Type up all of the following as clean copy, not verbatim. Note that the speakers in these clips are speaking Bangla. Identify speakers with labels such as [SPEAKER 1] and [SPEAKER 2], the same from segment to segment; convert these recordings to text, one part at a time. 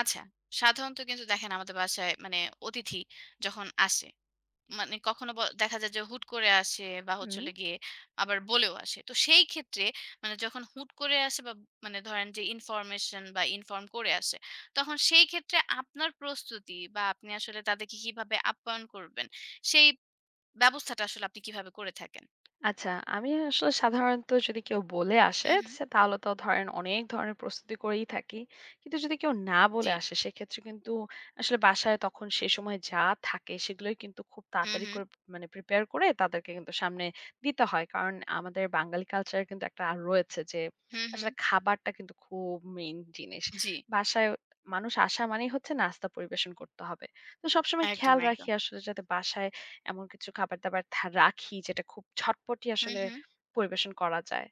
[SPEAKER 1] আচ্ছা। সাধারণত কিন্তু দেখেন আমাদের বাসায় অতিথি যখন আসে, কখনো দেখা যায় যে হুট করে আসে বা হচ্ছে
[SPEAKER 2] হুম,
[SPEAKER 1] হলো গিয়ে আবার বলেও আসে। তো সেই ক্ষেত্রে যখন হুট করে আসে বা ধরেন যে ইনফরমেশন বা ইনফর্ম করে আসে, তখন সেই ক্ষেত্রে আপনার প্রস্তুতি বা আপনি আসলে তাদেরকে কিভাবে আপ্যায়ন করবেন, সেই ব্যবস্থাটা আসলে আপনি কিভাবে করে থাকেন?
[SPEAKER 2] আচ্ছা, আমি আসলে সাধারণত যদি কেউ বলে আসে
[SPEAKER 1] হু, হু।
[SPEAKER 2] সে তাহলে তো ধরেন অনেক ধরনের প্রস্তুতি করেই থাকি, কিন্তু যদি কেউ না
[SPEAKER 1] জি।
[SPEAKER 2] বলে আসে সেক্ষেত্রে কিন্তু আসলে বাসায় তখন সে সময় যা থাকে সেগুলোই কিন্তু খুব
[SPEAKER 1] হু,
[SPEAKER 2] তাড়াতাড়ি
[SPEAKER 1] হু।
[SPEAKER 2] করে মানে প্রিপেয়ার করে তাদেরকে কিন্তু সামনে দিতে হয়। কারণ আমাদের বাঙালি কালচারে কিন্তু একটা আর রয়েছে যে
[SPEAKER 1] হু, হু।
[SPEAKER 2] আসলে খাবারটা কিন্তু খুব মেইন জিনিস।
[SPEAKER 1] জি।
[SPEAKER 2] বাসায় মানুষ আসা মানেই হচ্ছে নাস্তা পরিবেশন করতে হবে। তো সবসময়
[SPEAKER 1] একদম,
[SPEAKER 2] খেয়াল
[SPEAKER 1] একদম।
[SPEAKER 2] রাখি আসলে যাতে বাসায় এমন কিছু খাবার-দাবার রাখি যেটা খুব ঝটপটি
[SPEAKER 1] হু,
[SPEAKER 2] আসলে
[SPEAKER 1] হু।
[SPEAKER 2] পরিবেশন করা যায়।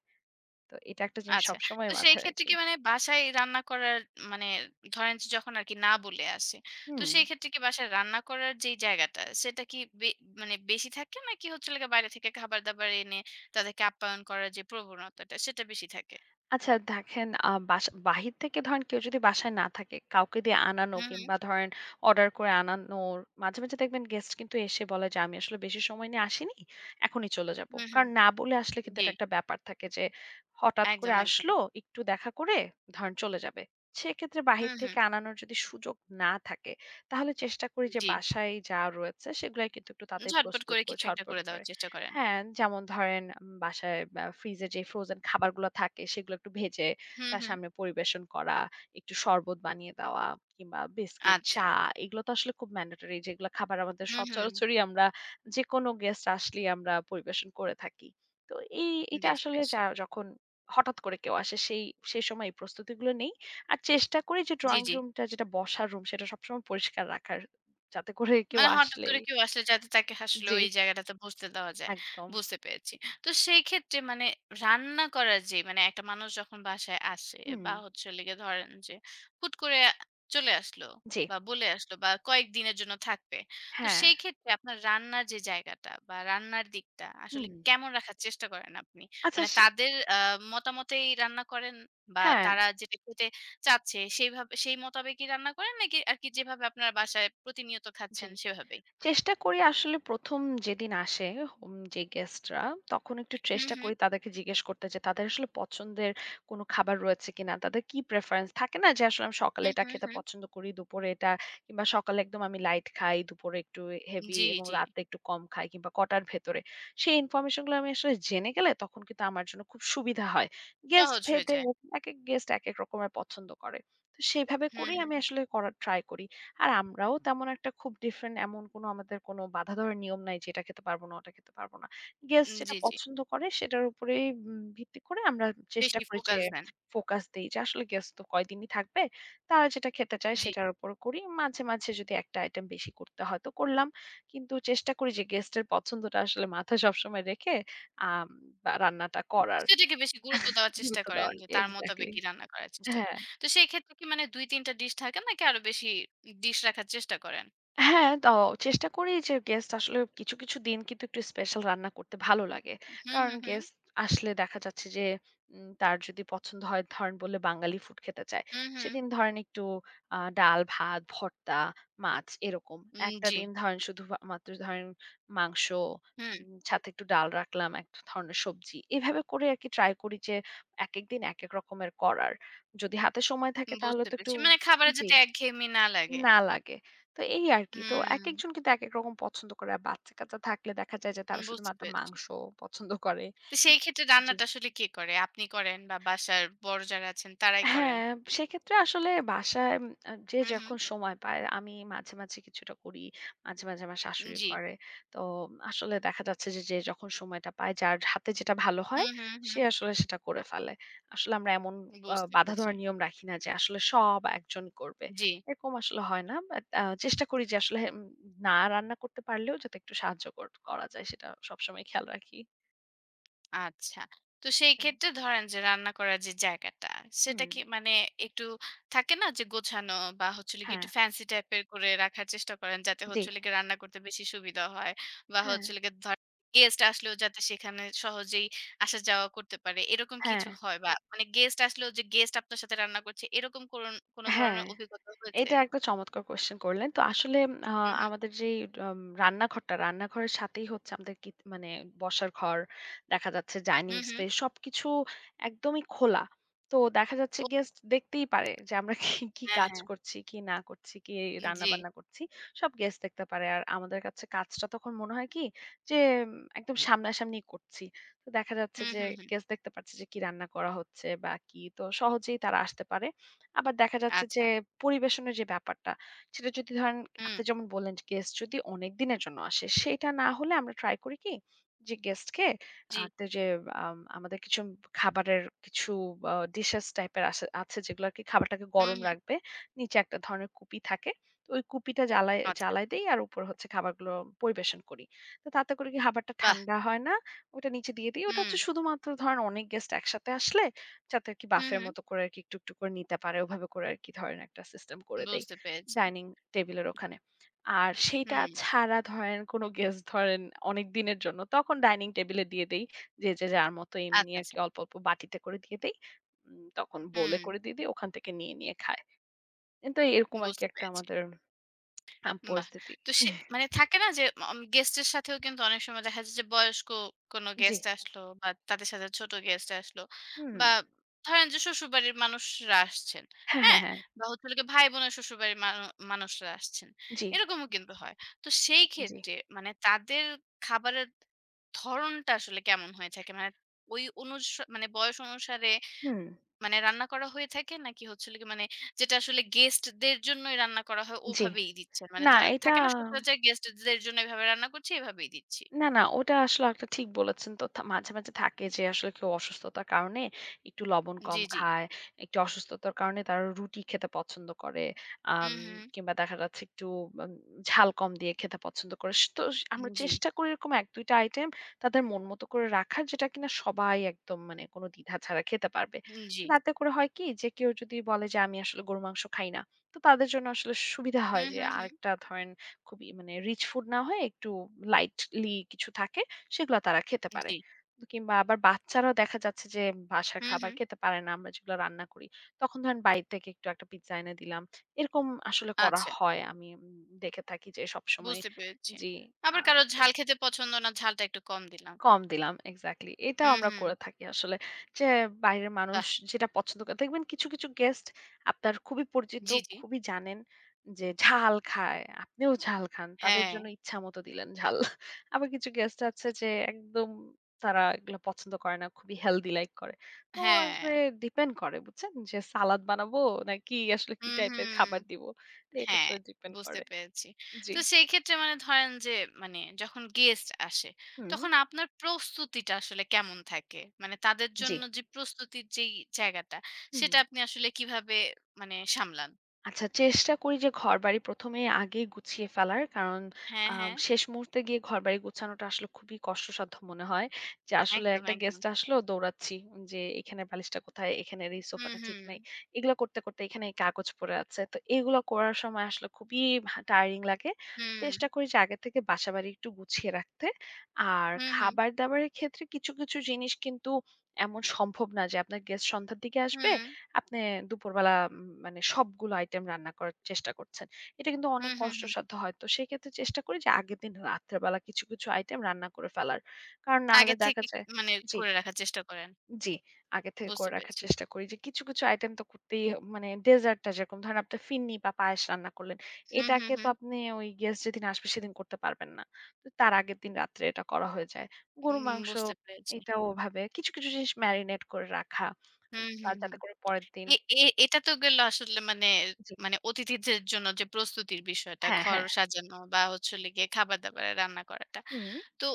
[SPEAKER 2] তো এটা একটা জিনিস
[SPEAKER 1] আচ্ছা।
[SPEAKER 2] সবসময়
[SPEAKER 1] তো সেই
[SPEAKER 2] মাথায়
[SPEAKER 1] ক্ষেত্রে
[SPEAKER 2] রাখি।
[SPEAKER 1] কি বাসায় রান্না করার মানে ধরেন যে যখন আরকি না বলে আসে, তো
[SPEAKER 2] হুম।
[SPEAKER 1] সেই ক্ষেত্রে কি বাসায় রান্না করার যেই জায়গাটা সেটা কি বে মানে বেশি থাকে নাকি হচ্ছে হলো গিয়ে বাইরে থেকে খাবার-দাবার এনে তাদেরকে আপ্যায়ন করার যে প্রবণতাটা সেটা বেশি থাকে?
[SPEAKER 2] আচ্ছা দেখেন, বাসা বাহির থেকে ধরেন কেউ যদি বাসায় না থাকে, কাউকে দিয়ে আনানো
[SPEAKER 1] হুম, হুম।
[SPEAKER 2] কিংবা ধরেন অর্ডার করে আনানোর মাঝে, মাঝে দেখবেন গেস্ট কিন্তু এসে বলে যে, "আমি আসলে বেশি সময় নিয়ে আসিনি। এখনই চলে যাব।"
[SPEAKER 1] হুম, হুম।
[SPEAKER 2] কারণ না বলে আসলে কিন্তু
[SPEAKER 1] জি।
[SPEAKER 2] এটা একটা ব্যাপার থাকে যে হঠাৎ করে
[SPEAKER 1] একদম, একদম।
[SPEAKER 2] আসলো, একটু দেখা করে ধরেন চলে যাবে। সেক্ষেত্রে বাহির
[SPEAKER 1] হুম, হুম।
[SPEAKER 2] থেকে আনানোর যদি সুযোগ না থাকে, তাহলে চেষ্টা করি যে
[SPEAKER 1] জি।
[SPEAKER 2] বাসায় যা রয়েছে সেগুলাই কিন্তু একটু তাড়াতাড়ি
[SPEAKER 1] ঝটপট
[SPEAKER 2] প্রস্তুত
[SPEAKER 1] করে
[SPEAKER 2] করে
[SPEAKER 1] কিছু একটা
[SPEAKER 2] ঝটপট
[SPEAKER 1] করে
[SPEAKER 2] করে।
[SPEAKER 1] দেওয়ার চেষ্টা করেন।
[SPEAKER 2] হ্যাঁ, যেমন ধরেন বাসায় বা ফ্রিজে যে ফ্রোজেন খাবারগুলো থাকে সেগুলো একটু ভেজে
[SPEAKER 1] হুম,
[SPEAKER 2] তার
[SPEAKER 1] হুম।
[SPEAKER 2] সামনে পরিবেশন করা, একটু শরবত বানিয়ে দেওয়া কিংবা বিস্কিট,
[SPEAKER 1] আচ্ছা।
[SPEAKER 2] চা। এগুলো তো আসলে খুব ম্যান্ডেটরি, যেগুলো খাবার আমাদের
[SPEAKER 1] হুম, হুম।
[SPEAKER 2] সচরাচরই আমরা যেকোনো গেস্ট আসলেই আমরা পরিবেশন করে থাকি। তো এটা
[SPEAKER 1] বেশ,
[SPEAKER 2] আসলে
[SPEAKER 1] বেশ।
[SPEAKER 2] যা যখন হঠাৎ করে কেউ আসে সেই সেই সময় এই প্রস্তুতিগুলো নেই। আর চেষ্টা করি যে
[SPEAKER 1] জি,
[SPEAKER 2] ড্রইং
[SPEAKER 1] জি।
[SPEAKER 2] রুমটা যেটা বসার রুম সেটা সবসময় পরিষ্কার রাখার, যাতে করে কেউ
[SPEAKER 1] মানে হঠাৎ করে
[SPEAKER 2] আসলেই।
[SPEAKER 1] কেউ আসলে যাতে তাকে আসলে
[SPEAKER 2] জি,
[SPEAKER 1] ওই জায়গাটাতে বসতে দেওয়া যায়।
[SPEAKER 2] একদম।
[SPEAKER 1] বুঝতে পেরেছি। তো সেই ক্ষেত্রে রান্না করার যে একটা মানুষ যখন বাসায় আসে
[SPEAKER 2] হুম,
[SPEAKER 1] বা হচ্ছে হলো গিয়ে ধরেন যে হুট করে চলে আসলো
[SPEAKER 2] জি।
[SPEAKER 1] বা বলে আসলো বা কয়েকদিনের জন্য থাকবে। তো
[SPEAKER 2] হ্যাঁ।
[SPEAKER 1] সেই ক্ষেত্রে আপনার রান্নার যে জায়গাটা বা রান্নার দিকটা আসলে
[SPEAKER 2] হুম।
[SPEAKER 1] কেমন রাখার চেষ্টা করেন আপনি?
[SPEAKER 2] আচ্ছা
[SPEAKER 1] মানে
[SPEAKER 2] সে
[SPEAKER 1] তাদের মতামতেই রান্না করেন বা
[SPEAKER 2] হ্যাঁ,
[SPEAKER 1] তারা যেটা খেতে চাচ্ছে সেইভাবে সেই মোতাবেকই রান্না করেন নাকি আরকি যেভাবে আপনার বাসায় প্রতিনিয়ত
[SPEAKER 2] জি।
[SPEAKER 1] খাচ্ছেন সেভাবেই?
[SPEAKER 2] চেষ্টা করি আসলে প্রথম যেদিন আসে যে গেস্টরা, তখন একটু
[SPEAKER 1] হুম,
[SPEAKER 2] চেষ্টা
[SPEAKER 1] হুম।
[SPEAKER 2] করি তাদেরকে জিজ্ঞেস করতে যে তাদের আসলে পছন্দের কোনো খাবার রয়েছে কিনা। তাদের কি প্রেফারেন্স থাকে না যে আসলে আমি সকালে
[SPEAKER 1] হুম,
[SPEAKER 2] এটা
[SPEAKER 1] হুম,
[SPEAKER 2] খেতে
[SPEAKER 1] হুম।
[SPEAKER 2] পছন্দ করি, দুপুরে এটা, কিংবা সকালে একদম আমি লাইট খাই, দুপুরে একটু হেভি
[SPEAKER 1] জি,
[SPEAKER 2] এবং
[SPEAKER 1] জি।
[SPEAKER 2] রাতে একটু কম খাই কিংবা কটার ভেতরে। সেই ইনফরমেশন গুলো আমি আসলে জেনে গেলে তখন কিন্তু আমার জন্য খুব সুবিধা হয়। গেস্ট
[SPEAKER 1] সহজ হয়ে
[SPEAKER 2] ভেদে
[SPEAKER 1] যায়।
[SPEAKER 2] একেক গেস্ট একেক রকমের পছন্দ করে। তো সেভাবে
[SPEAKER 1] হুম,
[SPEAKER 2] করেই
[SPEAKER 1] হুম।
[SPEAKER 2] আমি আসলে করার ট্রাই করি। আর আমরাও তেমন একটা খুব ডিফারেন্ট এমন কোনো আমাদের কোনো বাঁধা ধরার নিয়ম নাই যে এটা খেতে পারবো না, ওটা খেতে পারবো না। গেস্ট যেটা
[SPEAKER 1] জি, জি।
[SPEAKER 2] পছন্দ করে সেটার উপরেই ভিত্তি করে আমরা চেষ্টা
[SPEAKER 1] বেশি
[SPEAKER 2] করি যে
[SPEAKER 1] ফোকাস দেন।
[SPEAKER 2] ফোকাস দেই যে আসলে গেস্ট তো কয়দিনই থাকবে। তারা যেটা খেতে চায়
[SPEAKER 1] জি।
[SPEAKER 2] সেটার উপর করি। মাঝে, মাঝে যদি একটা আইটেম বেশি করতে হয় তো করলাম। কিন্তু চেষ্টা করি যে গেস্টের পছন্দটা আসলে মাথায় সবসময় রেখে আম বা রান্নাটা করার
[SPEAKER 1] সেটাকে বেশি গুরুত্ব দেওয়ার চেষ্টা
[SPEAKER 2] গুরুত্ব
[SPEAKER 1] করেন
[SPEAKER 2] দেওয়ার।
[SPEAKER 1] যে তার
[SPEAKER 2] এক্সাক্টলি।
[SPEAKER 1] মোতাবেকই রান্না করার চেষ্টা করেন।
[SPEAKER 2] হ্যাঁ।
[SPEAKER 1] তো সেই ক্ষেত্রে কি মানে ২-৩ টা ডিশ থাকে নাকি আরো বেশি ডিশ রাখার চেষ্টা করেন?
[SPEAKER 2] হ্যাঁ, ত চেষ্টা করি যে গেস্ট আসলে কিছু, কিছু দিন কিন্তু একটু স্পেশাল রান্না করতে ভালো লাগে।
[SPEAKER 1] হুম, হুম,
[SPEAKER 2] কারণ
[SPEAKER 1] হুম।
[SPEAKER 2] গেস্ট আসলে দেখা যাচ্ছে যে তার যদি পছন্দ হয়, ধরেন বললে বাঙালি ফুড খেতে চায়।
[SPEAKER 1] হুম, হুম।
[SPEAKER 2] সেদিন ধরেন একটু ডাল, ভাত, ভর্তা, মাছ এরকম। একটা
[SPEAKER 1] জি।
[SPEAKER 2] দিন ধরেন শুধু মাত্র ধরেন মাংস,
[SPEAKER 1] হুম।
[SPEAKER 2] সাথে একটু ডাল রাখলাম, এক ধরনের সবজি। এভাবে করে আরকি ট্রাই করি যে একেক দিন একেক রকমের করার। যদি হাতে সময় থাকে তাহলে
[SPEAKER 1] বুঝতে
[SPEAKER 2] তো একটু।
[SPEAKER 1] পেরেছি। মানে খাবারে
[SPEAKER 2] জি।
[SPEAKER 1] যাতে একঘেয়েমি না লাগে।
[SPEAKER 2] না লাগে। তো এই আরকি। তো
[SPEAKER 1] হুম,
[SPEAKER 2] একেকজন কিন্তু একেক রকম পছন্দ করে। আর বাচ্চা-কাচ্চা থাকলে দেখা যায় যে তারা
[SPEAKER 1] বুঝতে
[SPEAKER 2] শুধুমাত্র
[SPEAKER 1] পেরেছি।
[SPEAKER 2] মাংস পছন্দ করে।
[SPEAKER 1] তো সেই ক্ষেত্রে রান্নাটা আসলে কে করে? আপনি করেন বা বাসার বড় যারা আছেন তারাই করেন?
[SPEAKER 2] হ্যাঁ, সেক্ষেত্রে আসলে বাসায় উম আ যে
[SPEAKER 1] হুম, হুম।
[SPEAKER 2] যখন সময় পায় আমি মাঝে, মাঝে কিছুটা করি। মাঝে, মাঝে আমার শাশুড়ি
[SPEAKER 1] জি।
[SPEAKER 2] করে। তো আসলে দেখা যাচ্ছে যে, যে যখন সময়টা পায় যার হাতে যেটা ভালো হয়
[SPEAKER 1] হুম, হুম,
[SPEAKER 2] সে
[SPEAKER 1] হুম।
[SPEAKER 2] আসলে সেটা করে ফেলে। আসলে আমরা এমন
[SPEAKER 1] বুঝতে
[SPEAKER 2] বাঁধা
[SPEAKER 1] পেরেছি।
[SPEAKER 2] ধরা নিয়ম রাখি না যে আসলে সব একজন করবে।
[SPEAKER 1] জি।
[SPEAKER 2] এরকম আসলে হয় না। বাট চেষ্টা করি যে আসলে না রান্না করতে পারলেও যাতে একটু সাহায্য করা যায় সেটা সবসময় খেয়াল রাখি।
[SPEAKER 1] আচ্ছা। তো সেই
[SPEAKER 2] তাই।
[SPEAKER 1] ক্ষেত্রে ধরেন যে রান্না করার যে জায়গাটা, সেটা
[SPEAKER 2] হুম,
[SPEAKER 1] কি একটু থাকে না যে গোছানো বা হচ্ছে হলো গিয়ে
[SPEAKER 2] হ্যাঁ,
[SPEAKER 1] একটু ফ্যান্সি টাইপের করে রাখার চেষ্টা করেন যাতে
[SPEAKER 2] জি।
[SPEAKER 1] হচ্ছে হলো গিয়ে রান্না করতে বেশি সুবিধা হয় বা
[SPEAKER 2] হ্যাঁ,
[SPEAKER 1] হচ্ছে হলো গিয়ে ধরেন গেস্ট আসলেও যাতে সেখানে সহজেই আসা যাওয়া করতে পারে। এরকম
[SPEAKER 2] হ্যাঁ,
[SPEAKER 1] কিছু হয় বা মানে গেস্ট আসলেও যে গেস্ট আপনার সাথে রান্না করছে এরকম কোন কোনো
[SPEAKER 2] হ্যাঁ।
[SPEAKER 1] ধরনের অভিজ্ঞতা হয়েছে?
[SPEAKER 2] এটা একটা চমৎকার কোয়েশ্চেন করলেন। তো আসলে আ
[SPEAKER 1] হুম, হুম।
[SPEAKER 2] আমাদের যেই রান্নাঘরটা, রান্নাঘরের সাথেই হচ্ছে আমাদের মানে বসার ঘর, দেখা যাচ্ছে ডাইনিং
[SPEAKER 1] হুম, হুম।
[SPEAKER 2] স্পেস সবকিছু একদমই খোলা। তো দেখা যাচ্ছে
[SPEAKER 1] ও
[SPEAKER 2] গেস্ট দেখতেই পারে যে আমরা কি
[SPEAKER 1] হ্যাঁ,
[SPEAKER 2] কাজ
[SPEAKER 1] হ্যাঁ।
[SPEAKER 2] করছি, কি না করছি, কি
[SPEAKER 1] জি।
[SPEAKER 2] রান্নাবান্না করছি। সব গেস্ট দেখতে পারে। আর আমাদের কাছে কাজটা তখন মনে হয় কি যে উম, একদম সামনাসামনি করছি। তো দেখা যাচ্ছে
[SPEAKER 1] হুম,
[SPEAKER 2] যে
[SPEAKER 1] হুম, হুম।
[SPEAKER 2] গেস্ট দেখতে পাচ্ছে যে কি রান্না করা হচ্ছে বা কি। তো সহজেই তারা আসতে পারে। আবার দেখা যাচ্ছে
[SPEAKER 1] আচ্ছা।
[SPEAKER 2] যে পরিবেশনের যে ব্যাপারটা, সেটা যদি ধরেন
[SPEAKER 1] হুম।
[SPEAKER 2] আপনি যেমন বললেন গেস্ট যদি অনেক দিনের জন্য আসে, সেটা না হলে আমরা ট্রাই করি কি যে গেস্টকে
[SPEAKER 1] জি।
[SPEAKER 2] একটা যে আমাদের কিছু খাবারের কিছু ডিশেস টাইপের আসে আছে যেগুলো আরকি খাবারটাকে
[SPEAKER 1] হুম,
[SPEAKER 2] গরম
[SPEAKER 1] হুম।
[SPEAKER 2] রাখবে। নিচে একটা ধরনের কুপি থাকে। তো ওই কুপিটা জ্বালায়
[SPEAKER 1] আচ্ছা।
[SPEAKER 2] জ্বালায় দেই আর উপরে হচ্ছে খাবারগুলো পরিবেশন করি। তো তাতে করে কি খাবারটা
[SPEAKER 1] বাহ!
[SPEAKER 2] ঠান্ডা হয় না। ওটা নিচে দিয়ে দিই। ওটা
[SPEAKER 1] হুম।
[SPEAKER 2] হচ্ছে শুধুমাত্র ধরেন অনেক গেস্ট একসাথে আসলে যাতে আরকি
[SPEAKER 1] হুম,
[SPEAKER 2] বাফের
[SPEAKER 1] হুম।
[SPEAKER 2] মতো করে আরকি একটু, একটু করে নিতে পারে। ওভাবে করে আরকি ধরেন একটা সিস্টেম করে দেই
[SPEAKER 1] বুঝতে পেরেছি।
[SPEAKER 2] ডাইনিং টেবলের ওখানে। আর সেইটা
[SPEAKER 1] হুম।
[SPEAKER 2] ছাড়া ধরেন কোনো গেস্ট ধরেন অনেক দিনের জন্য তখন ডাইনিং টেবলে দিয়ে দেই। যে, যে যার মতো এমনি
[SPEAKER 1] আচ্ছা, আচ্ছা।
[SPEAKER 2] আরকি অল্প, অল্প বাটিতে করে দিয়ে দেই। তখন বোলে
[SPEAKER 1] হুম,
[SPEAKER 2] করে দিয়ে দেই ওখান থেকে নিয়ে, নিয়ে খায়। কিন্তু এরকম আরকি
[SPEAKER 1] বুঝতে
[SPEAKER 2] একটা
[SPEAKER 1] পেরেছি।
[SPEAKER 2] আমাদের
[SPEAKER 1] বাহ!
[SPEAKER 2] পরিস্থিতি।
[SPEAKER 1] তো মানে থাকে না যে গেস্টের সাথেও কিন্তু অনেক সময় দেখা যায় যে বয়স্ক কোনো
[SPEAKER 2] জি।
[SPEAKER 1] গেস্ট আসলো বা তাদের সাথে ছোট গেস্ট আসলো
[SPEAKER 2] হুম।
[SPEAKER 1] বা ধরেন যে শ্বশুরবাড়ির মানুষরা আসছেন।
[SPEAKER 2] হ্যাঁ, হ্যাঁ,
[SPEAKER 1] হ্যাঁ?
[SPEAKER 2] হ্যাঁ।
[SPEAKER 1] বা হচ্ছে হলো গিয়ে ভাই-বোনের শ্বশুরবাড়ির মানুষরা আসছেন।
[SPEAKER 2] জি,
[SPEAKER 1] এরকমও কিন্তু হয়। তো সেই
[SPEAKER 2] জি।
[SPEAKER 1] ক্ষেত্রে মানে তাদের খাবারের ধরণটা আসলে কেমন হয়ে থাকে? মানে ওই অনুস মানে বয়স অনুসারে
[SPEAKER 2] হুম,
[SPEAKER 1] মানে রান্না করা হয়ে থাকে নাকি হচ্ছে হলো গিয়ে মানে যেটা আসলে গেস্টদের জন্যই রান্না করা হয়
[SPEAKER 2] জি।
[SPEAKER 1] ওভাবেই দিচ্ছেন? মানে
[SPEAKER 2] না
[SPEAKER 1] ধ
[SPEAKER 2] এটা
[SPEAKER 1] থাকে না সচরাচর গেস্টদের জন্য এভাবে রান্না করছি, এভাবেই দিচ্ছি।
[SPEAKER 2] না, না ওটা আসলে একটা ঠিক বলেছেন। তো মাঝে, মাঝে থাকে যে আসলে কেউ অসুস্থতার কারণে একটু লবণ
[SPEAKER 1] জি,
[SPEAKER 2] কম
[SPEAKER 1] জি।
[SPEAKER 2] খায়, একটু অসুস্থতার কারণে তারা রুটি খেতে পছন্দ করে। আম
[SPEAKER 1] হুম, হুম।
[SPEAKER 2] কিংবা দেখা যাচ্ছে একটু আম ঝাল কম দিয়ে খেতে পছন্দ করে। আমরা
[SPEAKER 1] জি,
[SPEAKER 2] চেষ্টা করি এরকম ১-২ টা আইটেম তাদের মন মতো করে রাখার যেটা কিনা সবাই একদম মানে কোনো দ্বিধা ছাড়া খেতে পারবে।
[SPEAKER 1] জি।
[SPEAKER 2] তো তাতে করে হয় কি যে কেউ যদি বলে যে আমি আসলে গরুর মাংস খাই না। তো তাদের জন্য আসলে সুবিধা হয়
[SPEAKER 1] হুম,
[SPEAKER 2] যে
[SPEAKER 1] হুম, হুম।
[SPEAKER 2] আরেকটা ধরেন খুবই মানে রিচ ফুড না হয়ে একটু লাইটলি কিছু থাকে সেগুলো তারা খেতে পারে।
[SPEAKER 1] জি।
[SPEAKER 2] কিংবা আবার বাচ্চারাও দেখা যাচ্ছে যে বাসার
[SPEAKER 1] হুম,
[SPEAKER 2] খাবার
[SPEAKER 1] হুম।
[SPEAKER 2] খেতে পারে না আমরা যেগুলো রান্না করি। তখন ধরেন বাইরে থেকে একটু একটা পিজ্জা এনে দিলাম। এরকম আসলে করা
[SPEAKER 1] আচ্ছা,
[SPEAKER 2] হয়। আমি দেখে থাকি যে সবসময়।
[SPEAKER 1] বুঝতে পেরেছি।
[SPEAKER 2] জি,
[SPEAKER 1] আবার কারো
[SPEAKER 2] আলাদা করে।
[SPEAKER 1] ঝাল খেতে পছন্দ না, ঝালটা একটু কম দিলাম।
[SPEAKER 2] কম দিলাম এক্সাক্টলি। এটাও
[SPEAKER 1] হুম,
[SPEAKER 2] আমরা
[SPEAKER 1] হুম।
[SPEAKER 2] করে থাকি আসলে। যে বাইরের
[SPEAKER 1] বাহ!
[SPEAKER 2] মানুষ যেটা পছন্দ করে দেখবেন কিছু, কিছু গেস্ট আপনার খুবই পরিচিত,
[SPEAKER 1] জি, জি।
[SPEAKER 2] খুবই জানেন যে ঝাল খায়। আপনিও ঝাল খান। তাদের
[SPEAKER 1] হ্যাঁ,
[SPEAKER 2] জন্য ইচ্ছা মতো দিলেন ঝাল। আবার কিছু গেস্ট আছে যে একদম তারা এগুলা পছন্দ করে না। খুবই হেলথি লাইক করে। তো
[SPEAKER 1] হ্যাঁ।
[SPEAKER 2] আসলে ডিপেন্ড করে বুঝছেন? যে সালাদ বানাবো নাকি আসলে কি
[SPEAKER 1] হুম, হুম।
[SPEAKER 2] টাইপের খাবার দিব। তো এটা
[SPEAKER 1] হ্যাঁ,
[SPEAKER 2] আসলে ডিপেন্ড
[SPEAKER 1] বুঝতে
[SPEAKER 2] করে।
[SPEAKER 1] পেরেছি।
[SPEAKER 2] জি।
[SPEAKER 1] তো সেই ক্ষেত্রে ধরেন যে যখন গেস্ট আসে,
[SPEAKER 2] হুম,
[SPEAKER 1] তখন আপনার প্রস্তুতিটা আসলে কেমন থাকে? মানে তাদের
[SPEAKER 2] জি।
[SPEAKER 1] জন্য যে প্রস্তুতির যেই জায়গাটা,
[SPEAKER 2] হুম।
[SPEAKER 1] সেটা আপনি আসলে কিভাবে সামলান?
[SPEAKER 2] আচ্ছা চেষ্টা করি যে ঘরবাড়ি প্রথমে এ আগেই গুছিয়ে ফেলার। কারণ
[SPEAKER 1] হ্যাঁ,
[SPEAKER 2] আ
[SPEAKER 1] হ্যাঁ।
[SPEAKER 2] শেষ মুহূর্তে গিয়ে ঘরবাড়ি গুছানোটা আসলে খুবই কষ্টসাধ্য মনে হয়। যে আসলে
[SPEAKER 1] একদম,
[SPEAKER 2] একটা
[SPEAKER 1] একদম।
[SPEAKER 2] গেস্ট আসলো দৌড়াচ্ছি যে এখানে বালিশটা কোথায়? এখানের এই
[SPEAKER 1] হুম,
[SPEAKER 2] সোফাটা ঠিক
[SPEAKER 1] হুম।
[SPEAKER 2] নাই। এগুলো করতে, করতে এখানে এই কাগজ পড়ে আছে। তো এগুলো করার সময় আসলে খুবই টায়ারিং লাগে। তো
[SPEAKER 1] হুম,
[SPEAKER 2] চেষ্টা করি যে আগে থেকে বাসাবাড়ি একটু গুছিয়ে রাখতে। আর
[SPEAKER 1] হুম, হুম,
[SPEAKER 2] খাবার-দাবারের ক্ষেত্রে কিছু, কিছু জিনিস কিন্তু এমন সম্ভব না যে আপনার গেস্ট সন্ধ্যার দিকে আসবে
[SPEAKER 1] হুম,
[SPEAKER 2] আপনি দুপুরবেলা মানে সবগুলো আইটেম রান্না করার চেষ্টা করছেন। এটা কিন্তু
[SPEAKER 1] হুম,
[SPEAKER 2] অনেক
[SPEAKER 1] হুম, হুম।
[SPEAKER 2] কষ্টসাধ্য হয়। তো সেক্ষেত্রে চেষ্টা করি যে আগের দিন রাত্রে বেলা কিছু, কিছু আইটেম রান্না করে ফেলার। কারণ না
[SPEAKER 1] আগে
[SPEAKER 2] হলে দেখা
[SPEAKER 1] থেকে
[SPEAKER 2] যায়।
[SPEAKER 1] কি- মানে
[SPEAKER 2] জি,
[SPEAKER 1] করে রাখার চেষ্টা করেন।
[SPEAKER 2] জি। আগে থেকে
[SPEAKER 1] বুঝতে
[SPEAKER 2] করে রাখার
[SPEAKER 1] পেরেছি।
[SPEAKER 2] চেষ্টা করি যে কিছু, কিছু আইটেম তো করতেই মানে ডেজার্টটা যেরকম ধরেন আপনি ফিরনি বা পায়েস রান্না করলেন।
[SPEAKER 1] হুম, হুম,
[SPEAKER 2] এটাকে তো
[SPEAKER 1] হুম।
[SPEAKER 2] আপনি ওই গেস্ট যেদিন আসবে সেদিন করতে পারবেন না। তো তার আগের দিন রাত্রে এটা করা হয়ে যায়। গরুর মাংস
[SPEAKER 1] বুঝতে পেরেছি।
[SPEAKER 2] এটাও ওভাবে কিছু, কিছু জিনিস মেরিনেট করে রাখা।
[SPEAKER 1] হুম,
[SPEAKER 2] তা
[SPEAKER 1] হুম, হুম।
[SPEAKER 2] যাতে করে পরের দিন।
[SPEAKER 1] এ এ এটা তো গেল আসলে মানে
[SPEAKER 2] জি।
[SPEAKER 1] মানে অতিথিদের জন্য যে প্রস্তুতির বিষয়টা,
[SPEAKER 2] হ্যাঁ,
[SPEAKER 1] ঘর
[SPEAKER 2] হ্যাঁ।
[SPEAKER 1] সাজানো বা হচ্ছে হলো গিয়ে খাবার-দাবার রান্না করাটা।
[SPEAKER 2] হুম।
[SPEAKER 1] তো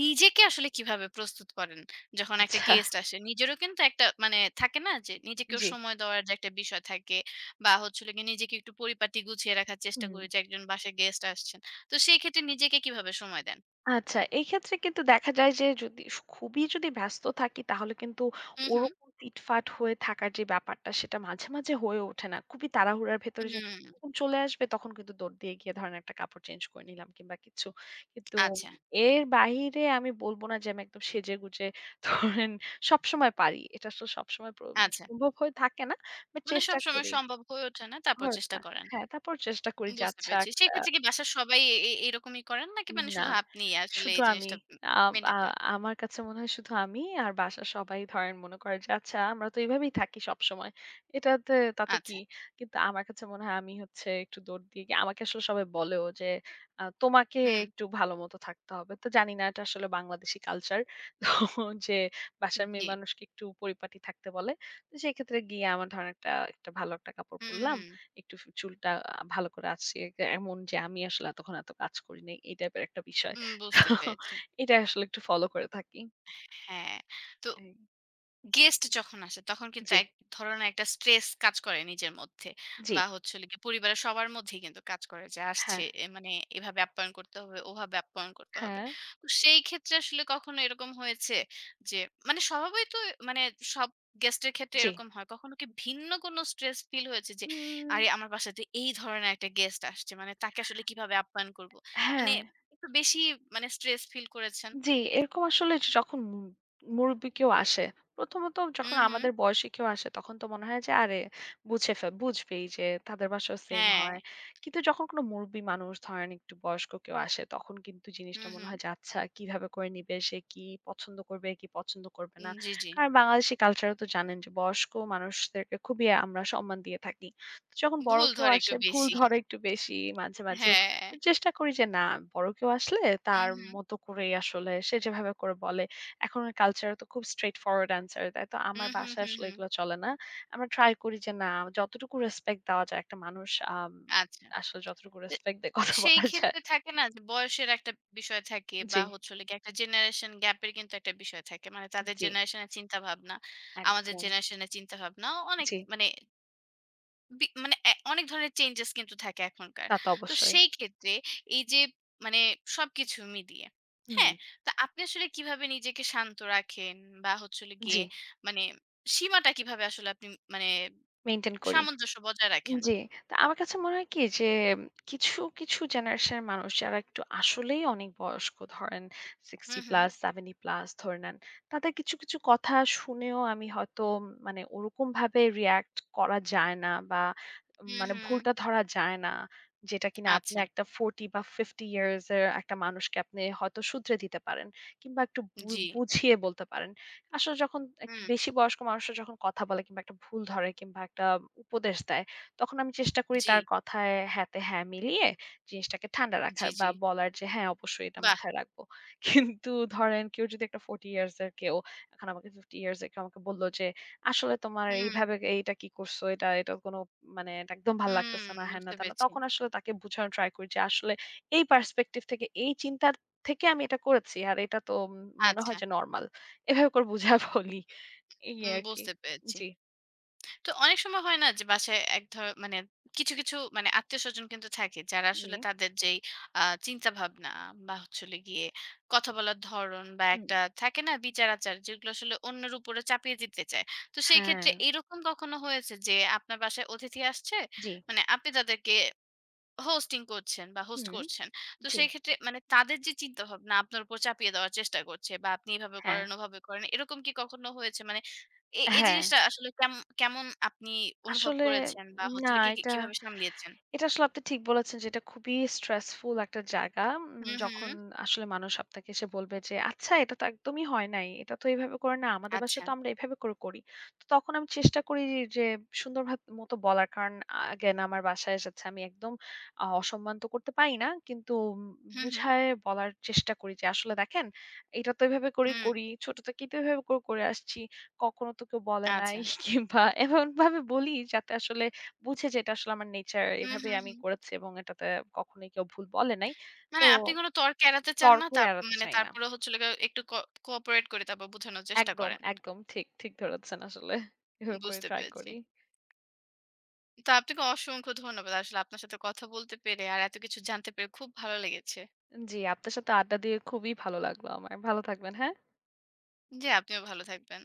[SPEAKER 1] নিজেকে আসলে কিভাবে প্রস্তুত করেন? যখন একটা
[SPEAKER 2] আচ্ছা,
[SPEAKER 1] গেস্ট আসে নিজেরও কিন্তু একটা মানে থাকে না যে নিজেকেও
[SPEAKER 2] জি।
[SPEAKER 1] সময় দেওয়ার যে একটা বিষয় থাকে বা হচ্ছে হলো গিয়ে নিজেকে একটু পরিপাটি গুছিয়ে রাখার চেষ্টা
[SPEAKER 2] হুম।
[SPEAKER 1] করি যে একজন বাসায় গেস্ট আসছেন। তো সেই ক্ষেত্রে নিজেকে কিভাবে সময় দেন?
[SPEAKER 2] আচ্ছা, এই ক্ষেত্রে কিন্তু দেখা যায় যে যদি খুবই যদি ব্যস্ত থাকি তাহলে কিন্তু
[SPEAKER 1] হুম, হুম।
[SPEAKER 2] ওরকম ফিটফাট হয়ে থাকার যে ব্যাপারটা সেটা মাঝে, মাঝে হয়ে ওঠে না। খুবই তাড়াহুড়ার ভেতরে যে
[SPEAKER 1] হুম,
[SPEAKER 2] যখন চলে আসবে তখন কিন্তু দৌড় দিয়ে গিয়ে ধরেন একটা কাপড় চেঞ্জ করে নিলাম কিংবা কিছু। কিন্তু
[SPEAKER 1] আচ্ছা,
[SPEAKER 2] এর বাহিরে আমি বলব না যে আমি একদম সেজেগুজে ধরেন সবসময় পারি। এটা আসলে সবসময়
[SPEAKER 1] আচ্ছা।
[SPEAKER 2] সম্ভব হয়ে থাকে না। বাট
[SPEAKER 1] মানে
[SPEAKER 2] চেষ্টা
[SPEAKER 1] সবসময়
[SPEAKER 2] করি।
[SPEAKER 1] সম্ভব হয়ে ওঠে না, তারপর
[SPEAKER 2] হয়ে ওঠে
[SPEAKER 1] চেষ্টা
[SPEAKER 2] না।
[SPEAKER 1] করেন।
[SPEAKER 2] হ্যাঁ, তারপর চেষ্টা করি যে
[SPEAKER 1] বুঝতে
[SPEAKER 2] আচ্ছা
[SPEAKER 1] পেরেছি।
[SPEAKER 2] একটা
[SPEAKER 1] সেক্ষেত্রে কি বাসার সবাই এ এ এরকমই করেন নাকি মানে
[SPEAKER 2] না,
[SPEAKER 1] শুধু আপনিই আসলে
[SPEAKER 2] শুধু
[SPEAKER 1] এই
[SPEAKER 2] আমি।
[SPEAKER 1] জিনিসটা
[SPEAKER 2] আ আ
[SPEAKER 1] মেইনটেইন করেন?
[SPEAKER 2] আমার কাছে মনে হয় শুধু আমি আর বাসার সবাই ধরেন মনে করে যে আচ্ছা আমরা তো এভাবেই থাকি সবসময়। এটাতে তাতে কি?
[SPEAKER 1] আচ্ছা।
[SPEAKER 2] কিন্তু আমার কাছে মনে হয় আমি হচ্ছে একটু দৌড় দিয়ে গিয়ে আমাকে আসলে সবাই বলেও যে তোমাকে
[SPEAKER 1] হুম।
[SPEAKER 2] একটু ভালো মতো থাকতে হবে। তো জানি না এটা আসলে বাংলাদেশি কালচার। তো যে বাসার মেয়ে
[SPEAKER 1] জি।
[SPEAKER 2] মানুষকে একটু পরিপাটি থাকতে বলে। তো সেক্ষেত্রে গিয়ে আমার ধরেন একটা একটা ভালো একটা কাপড়
[SPEAKER 1] হুম, হুম,
[SPEAKER 2] পরলাম।
[SPEAKER 1] হুম।
[SPEAKER 2] একটু চুলটা ভালো করে আছে এমন যে আমি আসলে তখন এত কাজ করি নাই। এই টাইপের একটা বিষয়। তো
[SPEAKER 1] বুঝতে পেরেছি।
[SPEAKER 2] এটা আসলে একটু ফলো করে থাকি।
[SPEAKER 1] হ্যাঁ। তো
[SPEAKER 2] এই
[SPEAKER 1] গেস্ট যখন আসে তখন কিন্তু
[SPEAKER 2] জি,
[SPEAKER 1] এক ধরনের একটা স্ট্রেস কাজ করে নিজের মধ্যে
[SPEAKER 2] জি।
[SPEAKER 1] বা হচ্ছে হলো গিয়ে পরিবারের সবার মধ্যেই কিন্তু কাজ করে যে আসছে
[SPEAKER 2] হ্যাঁ,
[SPEAKER 1] মানে এভাবে আপ্যায়ন করতে হবে ওভাবে আপ্যায়ন করতে হবে।
[SPEAKER 2] হ্যাঁ,
[SPEAKER 1] তো সেই ক্ষেত্রে আসলে কখনো এরকম হয়েছে যে মানে স্বভাবই তো মানে সব গেস্টের ক্ষেত্রে
[SPEAKER 2] জি।
[SPEAKER 1] এরকম হয় কখনো কি ভিন্ন কোনো স্ট্রেস ফিল হয়েছে যে আরে
[SPEAKER 2] উম
[SPEAKER 1] আমার বাসাতে এই ধরনের একটা গেস্ট আসছে মানে তাকে আসলে কিভাবে আপ্যায়ন করব, মানে
[SPEAKER 2] হ্যাঁ।
[SPEAKER 1] একটু বেশি মানে স্ট্রেস ফিল করেছেন?
[SPEAKER 2] জি, এরকম আসলে যে যখন মুরুব্বি কেউ আসে, প্রথমত
[SPEAKER 1] হুম,
[SPEAKER 2] যখন
[SPEAKER 1] হুম।
[SPEAKER 2] আমাদের বয়সী কেউ আসে তখন তো মনে হয় যে আরে বুঝে ফে বুঝবেই যে তাদের ভাষাও সেম
[SPEAKER 1] হ্যাঁ।
[SPEAKER 2] হয়। কিন্তু যখন কোনো মুরুব্বি মানুষ ধরেন একটু বয়স্ক কেউ আসে তখন কিন্তু জিনিসটা
[SPEAKER 1] হুম,
[SPEAKER 2] মনে
[SPEAKER 1] হুম।
[SPEAKER 2] হয় যে আচ্ছা কিভাবে করে নিবে, সে কি পছন্দ করবে, কি পছন্দ করবে না।
[SPEAKER 1] জি, জি।
[SPEAKER 2] কারণ বাংলাদেশি কালচারে তো জানেন যে বয়স্ক মানুষদেরকে খুবই আমরা সম্মান দিয়ে থাকি। তো যখন বড়
[SPEAKER 1] ভুল
[SPEAKER 2] কেউ
[SPEAKER 1] ধরে একটু
[SPEAKER 2] আসে ভুল
[SPEAKER 1] বেশি।
[SPEAKER 2] ধরে একটু বেশি মাঝে, মাঝে
[SPEAKER 1] হ্যাঁ।
[SPEAKER 2] চেষ্টা করি যে না বড় কেউ আসলে তার
[SPEAKER 1] হুম, হুম।
[SPEAKER 2] মতো করেই আসলে সে যেভাবে করে বলে এখনকার কালচারে তো খুব স্ট্রেট ফরওয়ার্ড অ্যান্সার তাই তো
[SPEAKER 1] হুম,
[SPEAKER 2] আমার
[SPEAKER 1] হুম,
[SPEAKER 2] বাসায়
[SPEAKER 1] হুম,
[SPEAKER 2] আসলে
[SPEAKER 1] হুম।
[SPEAKER 2] এগুলো চলে না। আমরা ট্রাই করি যে না যতটুকু রেসপেক্ট দেওয়া যায় একটা মানুষ
[SPEAKER 1] আচ্ছা।
[SPEAKER 2] আসলে যতটুকু
[SPEAKER 1] তো
[SPEAKER 2] রেসপেক্ট দিয়ে কথা
[SPEAKER 1] সেই
[SPEAKER 2] বলা যায়।
[SPEAKER 1] ক্ষেত্রে থাকে না যে বয়সের একটা বিষয় থাকে বা
[SPEAKER 2] জি,
[SPEAKER 1] হচ্ছে হলো গিয়ে একটা জেনারেশন গ্যাপের কিন্তু একটা বিষয় থাকে। মানে তাদের
[SPEAKER 2] জি।
[SPEAKER 1] জেনারেশনের চিন্তাভাবনা, আমাদের
[SPEAKER 2] একদম।
[SPEAKER 1] জেনারেশনের চিন্তাভাবনা অনেক
[SPEAKER 2] জি।
[SPEAKER 1] মানে বি মানে এ অনেক ধরনের চেঞ্জেস কিন্তু থাকে এখনকার।
[SPEAKER 2] তা তো
[SPEAKER 1] তো
[SPEAKER 2] অবশ্যই।
[SPEAKER 1] সেই ক্ষেত্রে এই যে মানে সবকিছু মিলিয়ে,
[SPEAKER 2] হুম।
[SPEAKER 1] হ্যাঁ? তো আপনি আসলে কিভাবে নিজেকে শান্ত রাখেন বা হচ্ছে হলো গিয়ে
[SPEAKER 2] জি।
[SPEAKER 1] মানে সীমাটা কিভাবে আসলে আপনি মানে
[SPEAKER 2] মেনটেন করি।
[SPEAKER 1] সামঞ্জস্য বজায় রাখেন।
[SPEAKER 2] জি। তো আমার কাছে মনে হয় কি যে কিছু, কিছু জেনারেশনের মানুষ যারা একটু আসলেই অনেক বয়স্ক ধরেন
[SPEAKER 1] হুম, হুম।
[SPEAKER 2] 60+ 70+ ধরে নেন। তাদের কিছু, কিছু কথা শুনেও আমি হয়তো মানে ওরকমভাবে রিঅ্যাক্ট করা যায় না বা
[SPEAKER 1] হুম,
[SPEAKER 2] মানে
[SPEAKER 1] হুম।
[SPEAKER 2] ভুলটা ধরা যায় না। যেটা কিনা আপনি
[SPEAKER 1] আচ্ছা।
[SPEAKER 2] একটা 40 বা 50 ইয়ার্স এর একটা মানুষকে আপনি হয়তো শুধরে দিতে পারেন। কিংবা একটু
[SPEAKER 1] জি।
[SPEAKER 2] বুঝিয়ে বলতে পারেন। আসলে যখন একটু
[SPEAKER 1] হুম।
[SPEAKER 2] বেশি বয়স্ক মানুষরা যখন কথা বলে কিংবা একটা ভুল ধরে কিংবা একটা উপদেশ দেয় তখন আমি চেষ্টা করি
[SPEAKER 1] জি,
[SPEAKER 2] তার কথায় হ্যাঁতে হ্যাঁ মিলিয়ে জিনিসটাকে ঠান্ডা
[SPEAKER 1] জি,
[SPEAKER 2] রাখার
[SPEAKER 1] জি।
[SPEAKER 2] বা বলার যে হ্যাঁ অবশ্যই এটা
[SPEAKER 1] বাহ!
[SPEAKER 2] মাথায় রাখবো। কিন্তু ধরেন কেউ যদি একটা 40 ইয়ার্স এর কেউ এখন আমাকে 50 ইয়ার্স এর কেউ আমাকে বলল যে, "আসলে তোমার
[SPEAKER 1] হুম,
[SPEAKER 2] এইভাবে এইটা কি করছো? এটা এটা কোনো মানে এটা একদম ভাল
[SPEAKER 1] হুম।
[SPEAKER 2] লাগতেছে না।" হ্যান না
[SPEAKER 1] বুঝতে
[SPEAKER 2] ত্যান না।
[SPEAKER 1] পেরেছি।
[SPEAKER 2] তখন আসলে তাকে বুঝানোর ট্রাই করি যে আসলে এই পার্সপেক্টিভ থেকে এই চিন্তা থেকে আমি এটা করেছি। আর এটা তো মনে
[SPEAKER 1] আচ্ছা।
[SPEAKER 2] হয় যে নরমাল। এভাবে করে বুঝায় বলি। এই আরকি।
[SPEAKER 1] বুঝতে পেরেছি।
[SPEAKER 2] জি,
[SPEAKER 1] তো অনেক সময় হয় না যে বাসায় এক ধ মানে কিছু, কিছু মানে আত্মীয়স্বজন কিন্তু থাকে যারা
[SPEAKER 2] জি।
[SPEAKER 1] আসলে তাদের যেই আ চিন্তাভাবনা বা হচ্ছে হলো গিয়ে কথা বলার ধরন বা
[SPEAKER 2] হুম।
[SPEAKER 1] একটা থাকে না বিচার-আচার যেগুলো আসলে অন্যের উপরে চাপিয়ে দিতে চায়। তো সেই
[SPEAKER 2] হ্যাঁ।
[SPEAKER 1] ক্ষেত্রে এরকম কখনো হয়েছে যে আপনার বাসায় অতিথি আসছে,
[SPEAKER 2] জি,
[SPEAKER 1] মানে আপনি তাদেরকে হোস্টিং করছেন বা হোস্ট
[SPEAKER 2] হুম।
[SPEAKER 1] করছেন। তো
[SPEAKER 2] জি।
[SPEAKER 1] সেই ক্ষেত্রে মানে তাদের যে চিন্তাভাবনা আপনার উপর চাপিয়ে দেওয়ার চেষ্টা করছে বা আপনি এভাবে
[SPEAKER 2] হ্যাঁ,
[SPEAKER 1] করেন, ওভাবে করেন। এরকম কি কখনো হয়েছে? মানে এই
[SPEAKER 2] হ্যাঁ।
[SPEAKER 1] জিনিসটা আসলে কেমন আপনি অনুভব
[SPEAKER 2] আসলে
[SPEAKER 1] করেছেন বা হচ্ছে
[SPEAKER 2] না
[SPEAKER 1] হলো কি, কি
[SPEAKER 2] এটা,
[SPEAKER 1] কিভাবে সামলিয়েছেন?
[SPEAKER 2] এটা আসলে আপনি ঠিক বলেছেন যে এটা খুবই স্ট্রেসফুল একটা জায়গা।
[SPEAKER 1] হুম,
[SPEAKER 2] যখন
[SPEAKER 1] হুম।
[SPEAKER 2] আসলে মানুষ আপনাকে এসে বলবে যে, "আচ্ছা এটা তো একদমই হয় নাই। এটা তো এভাবে করে না। আমাদের বাসায়
[SPEAKER 1] আচ্ছা।
[SPEAKER 2] তো আমরা এভাবে করে করি।" তো তখন আমি চেষ্টা করি যে সুন্দর ভাব মতো বলার। কারণ এগেইন আমার বাসায় এসেছে। আমি একদম অসম্মান তো করতে পারি না। কিন্তু
[SPEAKER 1] হুম, হুম,
[SPEAKER 2] বুঝায় বলার চেষ্টা করি যে, "আসলে দেখেন এটা তো এভাবে করেই
[SPEAKER 1] হুম।
[SPEAKER 2] করি। ছোট থেকেই তো এভাবে করে, করে আসছি। কখনো তো কেউ বলে নাই।"
[SPEAKER 1] আচ্ছা।
[SPEAKER 2] কিংবা এমনভাবে বলি যাতে আসলে বুঝে যে এটা আসলে আমার নেচার
[SPEAKER 1] হুম,
[SPEAKER 2] এভাবেই
[SPEAKER 1] হুম,
[SPEAKER 2] আমি
[SPEAKER 1] হুম।
[SPEAKER 2] করেছি এবং এটাতে কখনোই কেউ ভুল বলে নাই। তো
[SPEAKER 1] মানে আপনি কোনো তর্ক এড়াতে চান না।
[SPEAKER 2] তর্কে
[SPEAKER 1] তার
[SPEAKER 2] এড়াতে
[SPEAKER 1] মানে
[SPEAKER 2] চাই না।
[SPEAKER 1] তারপরে হচ্ছে হলো গিয়ে একটু কোঅপারেট করে তারপর বোঝানোর চেষ্টা
[SPEAKER 2] একদম,
[SPEAKER 1] করেন।
[SPEAKER 2] একদম ঠিক, ঠিক ধরেছেন আসলে। এভাবে করে
[SPEAKER 1] বুঝতে
[SPEAKER 2] ট্রাই
[SPEAKER 1] পেরেছি।
[SPEAKER 2] করি।
[SPEAKER 1] তো আপনাকে অসংখ্য ধন্যবাদ। আসলে আপনার সাথে কথা বলতে পেরে আর এত কিছু জানতে পেরে খুব ভালো লেগেছে।
[SPEAKER 2] জি, আপনার সাথে আড্ডা দিয়ে খুবই ভালো লাগলো আমার। ভালো থাকবেন, হ্যাঁ?
[SPEAKER 1] জি, আপনিও ভালো থাকবেন।